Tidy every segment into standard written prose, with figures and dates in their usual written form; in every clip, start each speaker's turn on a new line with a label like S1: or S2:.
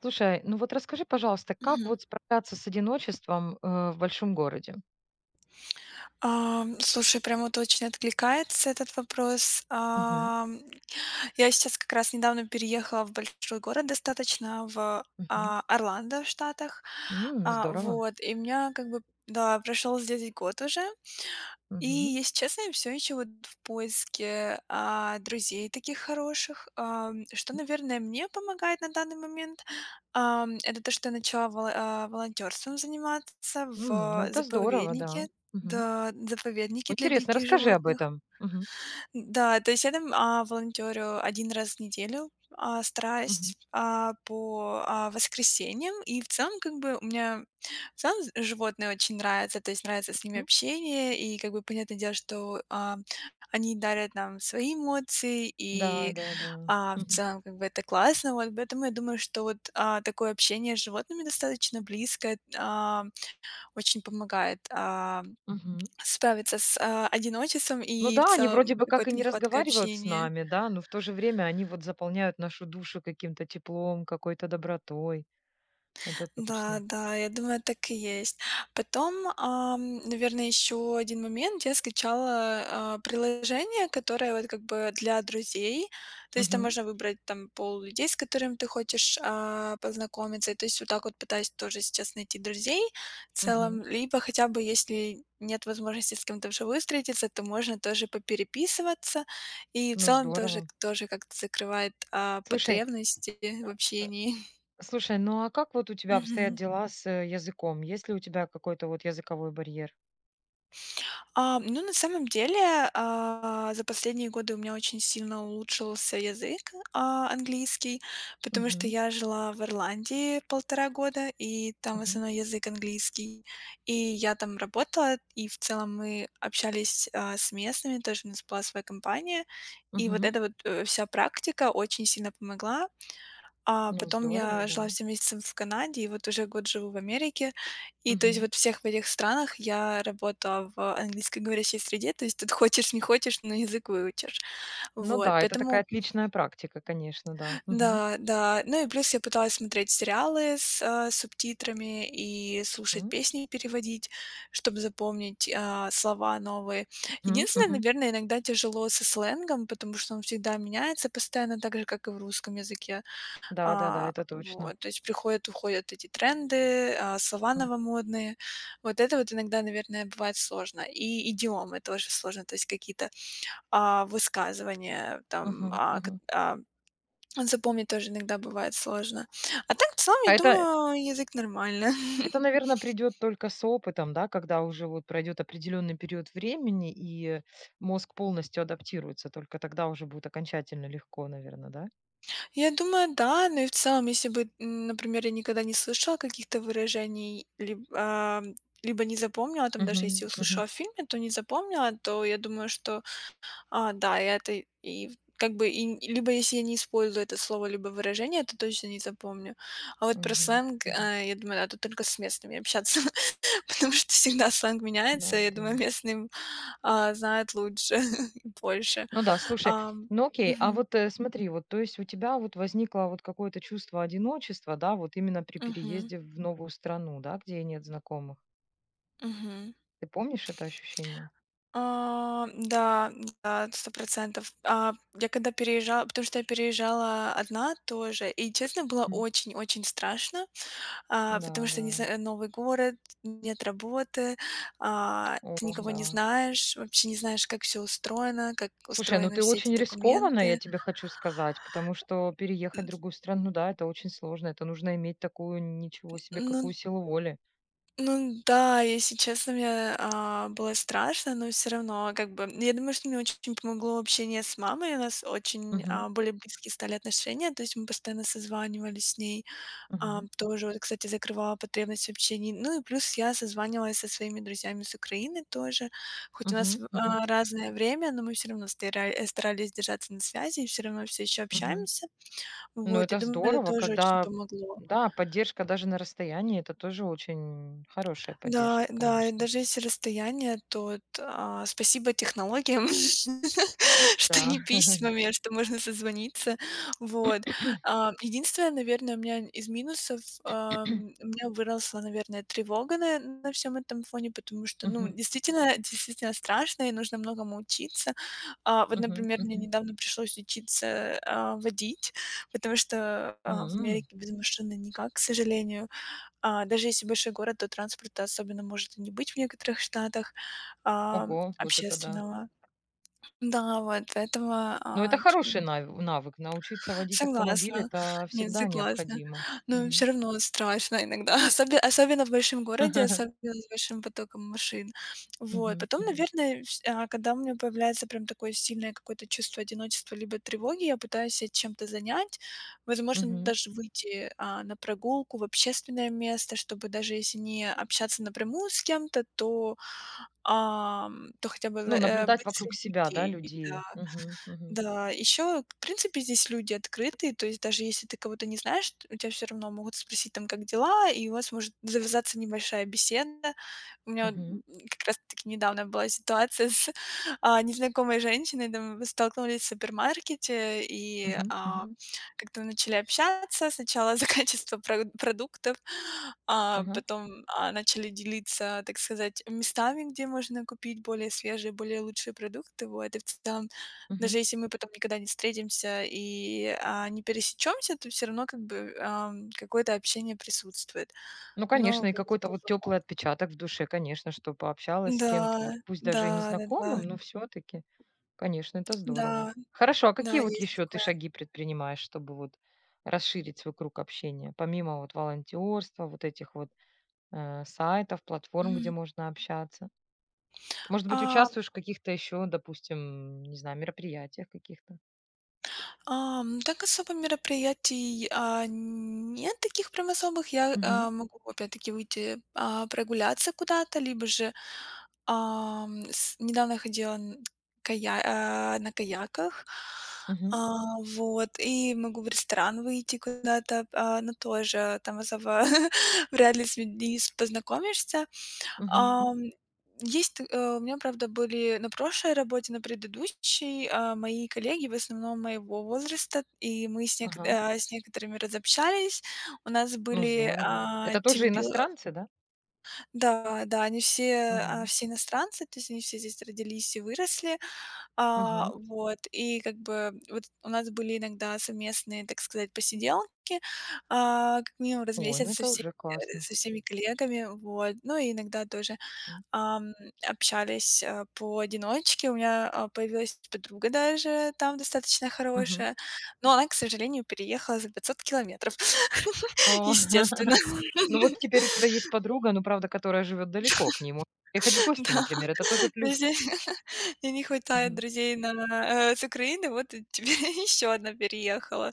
S1: Слушай, ну вот расскажи, пожалуйста, как
S2: Мгм.
S1: вот справляться с одиночеством, в большом городе?
S2: Слушай, прям вот очень откликается этот вопрос.
S1: Мгм,
S2: Я сейчас как раз недавно переехала в большой город достаточно,
S1: мгм.
S2: Орландо в Штатах.
S1: М, здорово.
S2: И у меня да, прошёл здесь год уже. И,
S1: Мгм.
S2: если честно, я все еще вот в поиске, друзей таких хороших. Что,
S1: М,
S2: наверное, мне помогает на данный момент, это то, что я начала волонтёрством заниматься
S1: ну
S2: в
S1: это здорово, да.
S2: заповеднике.
S1: Мгм.
S2: Да, заповедники для
S1: Интересно,
S2: диких
S1: расскажи об
S2: животных.
S1: этом. Мгм,
S2: Да, то есть я там, волонтёрю 1 раз в неделю,
S1: мгм,
S2: стараюсь, по воскресеньям. И в целом, как бы, у меня в целом з животные очень нравятся, то есть нравится с ними
S1: м.
S2: общение. И, как бы, понятное дело, что они дарят нам свои эмоции,
S1: Да,
S2: и,
S1: да, да.
S2: а, в
S1: Мгм,
S2: целом, как бы, это классно. Вот поэтому я думаю, что вот, такое общение с животными достаточно близкое, очень помогает,
S1: мгм.
S2: справиться с одиночеством
S1: Ну
S2: и в
S1: да, они вроде
S2: целом
S1: бы как и
S2: какой-то
S1: не
S2: нехваткой
S1: разговаривают с
S2: общения.
S1: нами, да, но в то же время они вот заполняют нашу душу каким-то теплом, какой-то добротой. Это
S2: Да,
S1: точно.
S2: да, я думаю, так и есть. Потом, наверное, еще один момент. Я скачала, приложение, которое вот как бы для друзей. То есть там
S1: Мгм,
S2: можно выбрать там пол людей, с которым ты хочешь, познакомиться. И то есть вот так вот пытаюсь тоже сейчас найти друзей в целом.
S1: мгм.
S2: Либо хотя бы, если нет возможности с кем-то вживую встретиться, то можно тоже попереписываться. И в
S1: Ну
S2: целом тоже
S1: здорово.
S2: тоже как-то закрывает,
S1: Слушай
S2: потребности в общении.
S1: Слушай, ну а как вот у тебя обстоят
S2: Мгм.
S1: дела с языком? Есть ли у тебя какой-то вот языковой барьер?
S2: Ну, на самом деле, за последние годы у меня очень сильно улучшился язык, английский, потому что
S1: Мгм,
S2: я жила в Ирландии полтора года, и там в
S1: мгм,
S2: основном язык английский. И я там работала, и в целом мы общались, с местными, тоже у нас была своя компания. И вот
S1: мгм.
S2: эта вот, вся практика очень сильно помогла. А
S1: Ну
S2: потом
S1: здорово,
S2: я
S1: да.
S2: жила 7 месяцев в Канаде, и вот уже год живу в Америке. И то есть
S1: Мгм.
S2: вот всех в этих странах я работала в английскоговорящей среде, то есть тут хочешь не хочешь, но язык выучишь.
S1: Ну
S2: Вот,
S1: да, это
S2: поэтому
S1: такая отличная практика, конечно, да. Мгм.
S2: да, да. Ну и плюс я пыталась смотреть сериалы с, субтитрами и слушать
S1: М,
S2: песни, переводить, чтобы запомнить, слова новые.
S1: мгм,
S2: Единственное,
S1: мгм.
S2: наверное, иногда тяжело со сленгом, потому что он всегда меняется постоянно, так же, как и в русском языке.
S1: Да, да, да, это точно.
S2: Вот, то есть приходят, уходят эти тренды, слова
S1: М,
S2: новомодные. Вот это вот иногда, наверное, бывает сложно. И идиомы тоже сложно, то есть какие-то, высказывания там,
S1: мгм, мгм.
S2: запомнить тоже иногда бывает сложно. А так, в целом, я
S1: А это,
S2: думаю, язык нормально.
S1: это, наверное, придет только с опытом, да, когда уже вот пройдет определенный период времени и мозг полностью адаптируется, только тогда уже будет окончательно легко, наверное, да?
S2: Я думаю, да, но и в целом, если бы, например, я никогда не слышала каких-то выражений, либо не запомнила, там даже если
S1: Мгм, мгм,
S2: услышала в фильме, то не запомнила, то я думаю, что да, и это и в как бы и н либо если я не использую это слово, либо выражение, это точно не запомню. А вот про
S1: мгм,
S2: сленг,
S1: мгм.
S2: я думаю, надо только с местными общаться, потому что всегда сленг
S1: Ну
S2: меняется. Я
S1: да.
S2: думаю, местные, знают лучше и больше.
S1: Ну да, слушай,
S2: Ам,
S1: ну окей, а
S2: мгм,
S1: вот смотри, вот, то есть у тебя вот возникло вот какое-то чувство одиночества, да, вот именно при
S2: мгм,
S1: переезде в новую страну, да, где нет знакомых.
S2: мгм.
S1: Ты помнишь это ощущение?
S2: Да, да, сто процентов. Я когда переезжала потому что я переезжала одна тоже, и, честно, было
S1: М.
S2: очень-очень страшно. Потому
S1: Да,
S2: что не
S1: да.
S2: зна новый город, нет работы, ты
S1: О,
S2: никого не
S1: да.
S2: знаешь, вообще не знаешь, как все устроено, как
S1: Слушай, ну
S2: устроены
S1: ты
S2: все эти
S1: очень рискованно, я
S2: документы.
S1: тебе хочу сказать, потому что переехать
S2: Н
S1: в другую страну, да, это очень сложно, это нужно иметь такую, ничего себе,
S2: ну
S1: какую силу воли.
S2: ну да, если честно, мне, было страшно, но все равно как бы я думаю, что мне очень помогло общение с мамой. У нас очень,
S1: Угу,
S2: более близкие стали отношения, то есть мы постоянно созванивались с ней.
S1: угу,
S2: Тоже вот, кстати, закрывала потребность в общении. Ну и плюс я созванивалась со своими друзьями с Украины тоже. Хоть у нас,
S1: угу,
S2: разное время, но мы все равно старались держаться на связи и все равно все еще
S1: угу.
S2: общаемся.
S1: Ну,
S2: Вот, и
S1: это
S2: думаю, это
S1: здорово,
S2: тоже очень
S1: когда,
S2: помогло.
S1: да, поддержка даже на расстоянии, это тоже очень хорошая
S2: Да,
S1: поддержка,
S2: да, и
S1: конечно.
S2: даже если расстояние, то спасибо технологиям, что
S1: Да.
S2: не письмами, а что можно созвониться. Вот. Единственное, наверное, у меня из минусов, у меня выросла, наверное, тревога на всем этом фоне, потому что, ну,
S1: Мгм,
S2: действительно страшно и нужно многому учиться. Вот,
S1: мгм,
S2: например, мне
S1: мгм.
S2: недавно пришлось учиться, водить, потому что, в
S1: М.
S2: Америке без машины никак, к сожалению. Даже если большой город, то транспорта особенно может и не быть в некоторых штатах,
S1: Ого, вот это да.
S2: общественного. Да, вот этого,
S1: Ну, это
S2: тут
S1: хороший навык. Научиться водить автомобиль
S2: согласна.
S1: это
S2: Нет,
S1: всегда
S2: согласна.
S1: необходимо.
S2: Но
S1: Мгм.
S2: все равно страшно иногда, особенно в большом городе, особенно с большим потоком машин. Вот.
S1: Мгм,
S2: Потом,
S1: мгм,
S2: наверное, когда у меня появляется прям такое сильное какое-то чувство одиночества либо тревоги, я пытаюсь себя чем-то занять. Возможно,
S1: мгм.
S2: даже выйти, на прогулку в общественное место, чтобы даже если не общаться напрямую с кем-то, то, то хотя бы,
S1: Ну, наблюдать
S2: быть
S1: вокруг
S2: среди
S1: себя, да,
S2: людей. Да.
S1: людей. Мгм, мгм,
S2: Да, еще, в принципе, здесь люди открытые, то есть даже если ты кого-то не знаешь, у тебя все равно могут спросить там, как дела, и у вас может завязаться небольшая беседа. У меня вот,
S1: мгм,
S2: как раз-таки недавно была ситуация с незнакомой женщиной, там, мы столкнулись в супермаркете, и
S1: мгм,
S2: а,
S1: мгм,
S2: как-то начали общаться сначала за качество про- продуктов, а
S1: ага,
S2: потом начали делиться, так сказать, местами, где можно купить более свежие, более лучшие продукты, вот, и в целом
S1: мгм.
S2: даже если мы потом никогда не встретимся и, не пересечемся, то все равно как бы, какое-то общение присутствует.
S1: Ну,
S2: Но,
S1: конечно, и
S2: конечно,
S1: какой-то вот
S2: тяжело.
S1: теплый отпечаток в душе, конечно, что пообщалась с
S2: Да,
S1: кем-то, вот пусть даже и
S2: да-да-да,
S1: незнакомым, но все-таки, конечно, это
S2: да,
S1: здорово.
S2: да, да,
S1: Хорошо, а
S2: да,
S1: какие вот
S2: есть
S1: еще ты
S2: такое.
S1: шаги предпринимаешь, чтобы вот расширить свой круг общения, помимо вот волонтерства, вот этих вот сайтов, платформ, где
S2: Мгм.
S1: можно общаться? Может быть,
S2: А
S1: участвуешь в каких-то еще, допустим, не знаю, мероприятиях каких-то?
S2: Так особо мероприятий, нет таких прям особых. Я,
S1: Мгм.
S2: а, могу опять-таки выйти, прогуляться куда-то, либо же, ам, с недавно ходила на каяках. А,
S1: Мгм.
S2: вот, и могу в ресторан выйти куда-то, но тоже там особо вряд ли с людьми с познакомишься.
S1: Мгм.
S2: Ам, Есть, у меня, правда, были на прошлой работе, на предыдущей, мои коллеги, в основном моего возраста, и мы
S1: Ага.
S2: с некоторыми разобщались. У нас
S1: Ну,
S2: были,
S1: здорово.
S2: а,
S1: Это тоже
S2: темпе
S1: иностранцы, да?
S2: да, да, они все,
S1: Угу.
S2: все иностранцы, то есть они все здесь родились и выросли. Вот, и как бы вот у нас были иногда совместные, так сказать, посиделки, как минимум раз в
S1: Ой, ну
S2: месяц со
S1: это
S2: всеми
S1: уже классно.
S2: со всеми коллегами, вот. Ну и иногда тоже
S1: М.
S2: Ам, общались, поодиночке. У меня появилась подруга даже там достаточно
S1: Мгм.
S2: хорошая, но она, к сожалению, переехала за 500 километров.
S1: О.
S2: Естественно.
S1: Ну вот теперь у тебя есть подруга, ну, правда, которая живет далеко, к ней можно ехать в гости,
S2: Да,
S1: например, это тоже
S2: то есть
S1: плюс.
S2: здесь мне не хватает
S1: Мгм.
S2: друзей с Украины, вот и теперь еще одна переехала.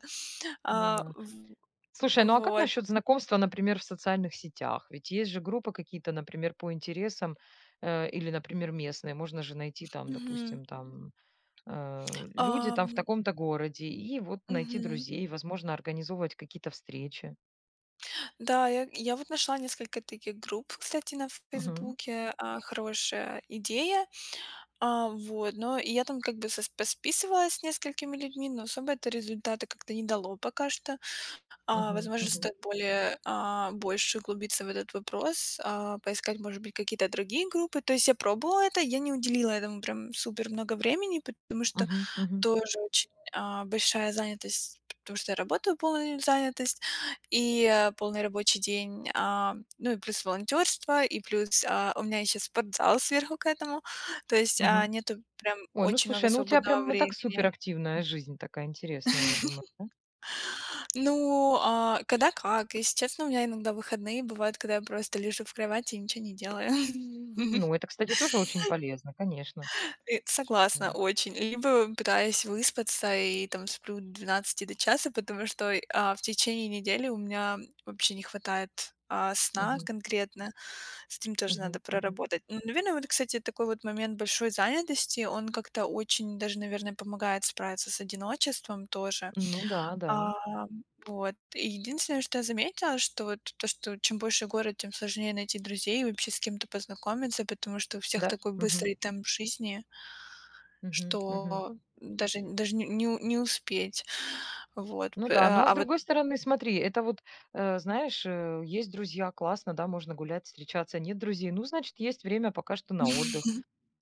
S1: Ну
S2: А,
S1: да.
S2: в
S1: Слушай, ну а как
S2: вот.
S1: насчет знакомства, например, в социальных сетях? Ведь есть же группы какие-то, например, по интересам, или, например, местные. Можно же найти там,
S2: Мгм.
S1: допустим, там люди там в
S2: Ам,
S1: таком-то городе, и вот найти
S2: мгм.
S1: друзей, возможно, организовывать какие-то встречи.
S2: Да, я вот нашла несколько таких групп, кстати, на
S1: Мгм.
S2: "Фейсбуке". А, хорошая идея. Вот, но и я там как бы сос посписывалась с несколькими людьми, но особо это результаты как-то не дало пока что.
S1: Мгм.
S2: Возможно,
S1: Мгм.
S2: стоит более, больше углубиться в этот вопрос, поискать, может быть, какие-то другие группы. То есть я пробовала это, я не уделила этому прям супер много времени, потому что
S1: Мгм. Мгм.
S2: тоже очень, большая занятость, потому что я работаю полную занятость и, полный рабочий день, ну и плюс волонтерство и плюс, у меня еще спортзал сверху к этому. То есть
S1: Мгм.
S2: нету прям
S1: Ой, ну
S2: очень много
S1: слушай, ну у тебя
S2: свободного
S1: прям и так
S2: времени.
S1: суперактивная жизнь такая интересная, я думаю, да?
S2: Ну, когда как. Если честно, у меня иногда выходные бывают, когда я просто лежу в кровати и ничего не делаю.
S1: Ну, это, кстати, тоже очень полезно, конечно.
S2: И согласна,
S1: М.
S2: очень. Либо пытаюсь выспаться и там сплю до 12 до часа, потому что, в течение недели у меня вообще не хватает, сна
S1: Мгм.
S2: конкретно. С этим тоже надо
S1: Мгм. Мгм.
S2: проработать. Ну, наверное, вот, кстати, такой вот момент большой занятости, он как-то очень даже, наверное, помогает справиться с одиночеством тоже.
S1: Ну да, да.
S2: Вот. И единственное, что я заметила, что вот то, что чем больше город, тем сложнее найти друзей и вообще с кем-то познакомиться, потому что у всех
S1: Да?
S2: такой
S1: Мгм.
S2: быстрый темп жизни,
S1: Мгм. Мгм.
S2: что даже не у не успеть. Вот,
S1: Ну
S2: п
S1: да, ну а с
S2: а вот
S1: другой стороны, смотри, это вот, знаешь, есть друзья, классно, да, можно гулять, встречаться, а нет друзей, ну, значит, есть время пока что на отдых.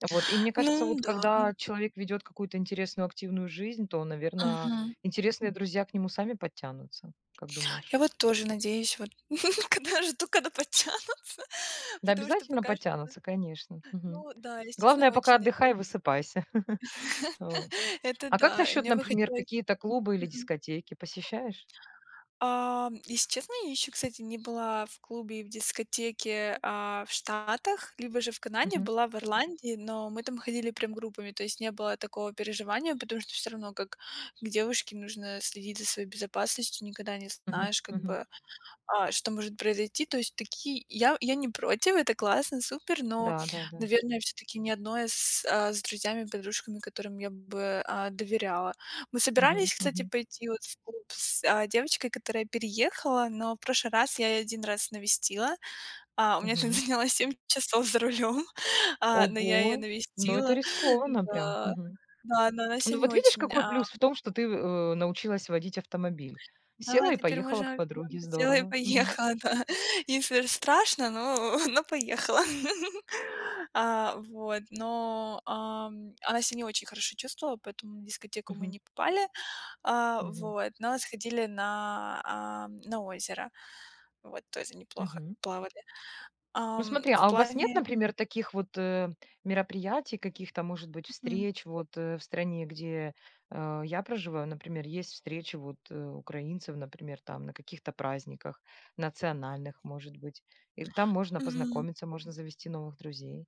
S1: Вот, и мне кажется,
S2: Ну
S1: вот
S2: да,
S1: когда человек ведет какую-то интересную, активную жизнь, то, наверное,
S2: мгм.
S1: интересные друзья к нему сами подтянутся. Как
S2: Я
S1: думаешь?
S2: вот тоже надеюсь, вот когда жду, когда подтянутся,
S1: Да,
S2: потому что
S1: обязательно
S2: пока что,
S1: потянутся, конечно. Мгм.
S2: ну да, естественно,
S1: Главное, пока
S2: очень
S1: отдыхай,
S2: надеюсь.
S1: высыпайся. Вот.
S2: Это
S1: А как
S2: да, и
S1: насчет,
S2: мне бы
S1: например,
S2: хотелось
S1: какие-то клубы или дискотеки? Посещаешь?
S2: Если честно, я еще, кстати, не была в клубе и в дискотеке, в Штатах, либо же в Канаде,
S1: Мгм.
S2: была в Ирландии, но мы там ходили прям группами, то есть не было такого переживания, потому что все равно как к девушке нужно следить за своей безопасностью, никогда не
S1: Мгм.
S2: знаешь как
S1: Мгм.
S2: бы что может произойти. То есть такие я не против, это классно, супер, но,
S1: Да, да, да.
S2: наверное, все таки ни одной с друзьями, подружками, которым я бы, доверяла. Мы
S1: Мгм.
S2: собирались, кстати,
S1: Мгм.
S2: пойти вот в клуб с, девочкой, которая переехала, но в прошлый раз я её 1 раз навестила. У меня там
S1: Мгм.
S2: заняло 7 часов за рулем, но я ее
S1: Ого! Ну, это
S2: навестила.
S1: рискованно прям.
S2: Да.
S1: Мгм.
S2: Да, но она ся
S1: Ну,
S2: не
S1: вот видишь,
S2: очень,
S1: какой плюс в том, что ты, научилась водить автомобиль.
S2: Да,
S1: Села и
S2: теперь
S1: поехала к
S2: можно прям
S1: подруге.
S2: взяла и
S1: Здорово. Мгм.
S2: поехала, да. Если ж страшно, но но поехала. Вот, но, она себя не очень хорошо чувствовала, поэтому на дискотеку мы
S1: Мгм.
S2: не попали.
S1: Мгм.
S2: Вот, но сходили на, на озеро. Вот, тоже неплохо
S1: Мгм.
S2: плавали.
S1: Ну
S2: Ам,
S1: смотри,
S2: в
S1: а у вас нет,
S2: плане
S1: например, таких вот, мероприятий, каких-то, может быть,
S2: мгм.
S1: встреч вот, в стране, где, я проживаю? Например, есть встречи вот, украинцев, например, там на каких-то праздниках национальных, может быть. И там можно
S2: Мгм.
S1: познакомиться, можно завести новых друзей.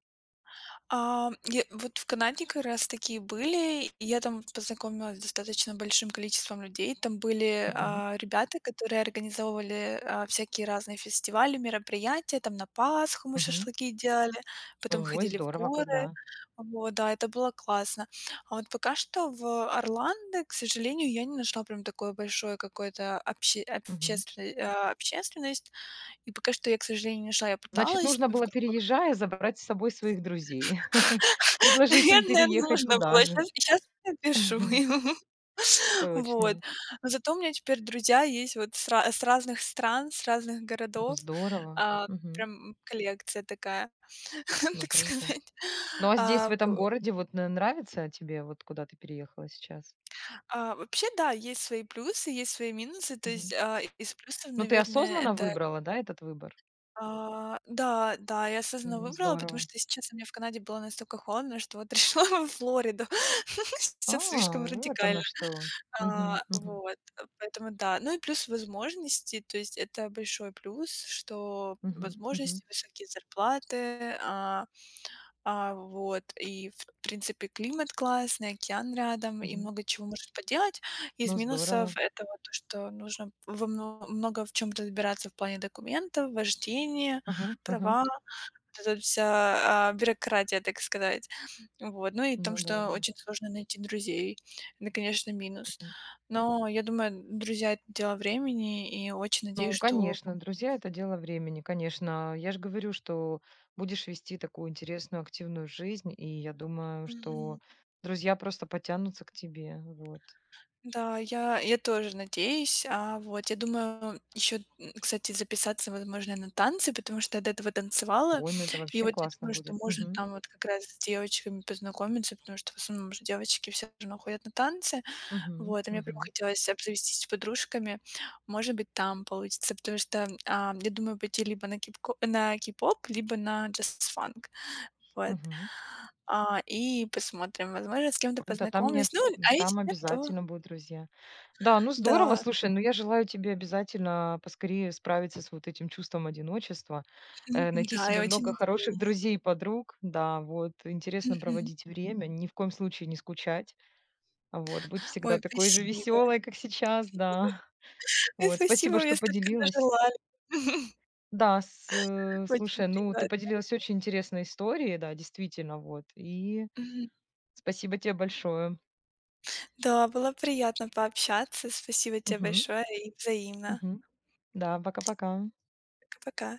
S2: Я вот в Канаде как раз такие были, и я там познакомилась с достаточно большим количеством людей. Там были,
S1: Мгм,
S2: ребята, которые организовывали, всякие разные фестивали, мероприятия. Там на Пасху мы
S1: мгм.
S2: шашлыки делали, потом
S1: Ой,
S2: ходили в
S1: здорово,
S2: горы.
S1: когда.
S2: Вот, да, это было классно. А вот пока что в Орландо, к сожалению, я не нашла прям такое большое какое-то
S1: Мгм.
S2: общественность. И пока что я, к сожалению, не нашла. Я
S1: Значит,
S2: пыталась
S1: нужно
S2: в
S1: было, переезжая, забрать с собой своих друзей. Предложить им
S2: наверное,
S1: переехать
S2: нужно
S1: туда
S2: было.
S1: же.
S2: Сейчас щас напишу ему. Вот.
S1: Точно.
S2: Но зато у меня теперь друзья есть вот с разных стран, с разных
S1: Ну
S2: городов.
S1: здорово. Мгм.
S2: Прям коллекция такая,
S1: Ну,
S2: так
S1: круто.
S2: сказать.
S1: Ну, а здесь, в
S2: А, в ко
S1: этом городе, вот н нравится тебе, вот куда ты переехала сейчас?
S2: Вообще, да, есть свои плюсы, есть свои минусы. То есть,
S1: Мгм.
S2: из плюсов,
S1: Ну, ты
S2: наверное,
S1: осознанно
S2: это,
S1: выбрала, да, этот выбор?
S2: да, да, я осознанно
S1: М,
S2: выбрала, потому
S1: здорово.
S2: что, если честно, мне в Канаде было настолько холодно, что вот решила во Флориду.
S1: А,
S2: Всё слишком
S1: вот
S2: радикально.
S1: оно что. Мгм, мгм,
S2: Поэтому да. Ну и плюс возможности, то есть это большой плюс, что
S1: мгм, мгм,
S2: возможности, высокие зарплаты, вот, и в принципе климат классный, океан рядом, и
S1: мгм.
S2: много чего может поделать. Из
S1: Ну,
S2: минусов
S1: здорово.
S2: это вот то, что нужно много в чем разбираться в плане документов, вождения,
S1: Ага, ага.
S2: права, вот эта вся бюрократия, так сказать. Вот, ну и в том,
S1: Ну да,
S2: что
S1: да.
S2: очень сложно найти друзей. Это, конечно, минус.
S1: Мгм.
S2: Но я думаю, друзья- это дело времени, и очень надеюсь,
S1: Ну,
S2: что
S1: конечно, друзья- это дело времени, конечно. Я ж говорю, что будешь вести такую интересную, активную жизнь, и я думаю,
S2: мгм.
S1: что друзья просто потянутся к тебе, вот.
S2: Да, я тоже надеюсь. Вот, я думаю еще, кстати, записаться, возможно, на танцы, потому что я до этого танцевала.
S1: Ой, ну это
S2: И
S1: вообще
S2: вот я
S1: классно
S2: думаю, что
S1: будет.
S2: можно
S1: Мгм.
S2: там вот как раз с девочками познакомиться, потому что в основном же девочки все равно ходят на танцы.
S1: Мгм,
S2: Вот, и мне прям
S1: мгм,
S2: хотелось обзавестись с подружками. Может быть, там получится, потому что, я думаю пойти либо на кипко на кей-поп, либо на джаз-фанк. Вот.
S1: мгм.
S2: И посмотрим, возможно, с кем-то
S1: Круто,
S2: познакомлюсь. Ну, а если
S1: там
S2: нет, то
S1: обязательно будут друзья. Да, ну здорово,
S2: да,
S1: слушай, ну я желаю тебе обязательно поскорее справиться с вот этим чувством одиночества, найти
S2: да, я
S1: себе
S2: очень
S1: много хороших
S2: надеюсь.
S1: друзей и подруг, да, вот, интересно
S2: Мгм.
S1: проводить время, ни в коем случае не скучать, вот, быть
S2: Ой,
S1: всегда такой же
S2: спасибо.
S1: веселой, как сейчас, да.
S2: Ой,
S1: Вот, спасибо,
S2: спасибо, мне
S1: что
S2: столько
S1: поделилась.
S2: нажелали. Очень
S1: Слушай, ну ты
S2: приятно.
S1: поделилась очень интересной историей, да, действительно, вот, и
S2: Мгм.
S1: спасибо тебе большое.
S2: Да, было приятно пообщаться. Спасибо тебе
S1: Мгм,
S2: большое и взаимно.
S1: мгм. Да, пока-пока.
S2: Пока-пока.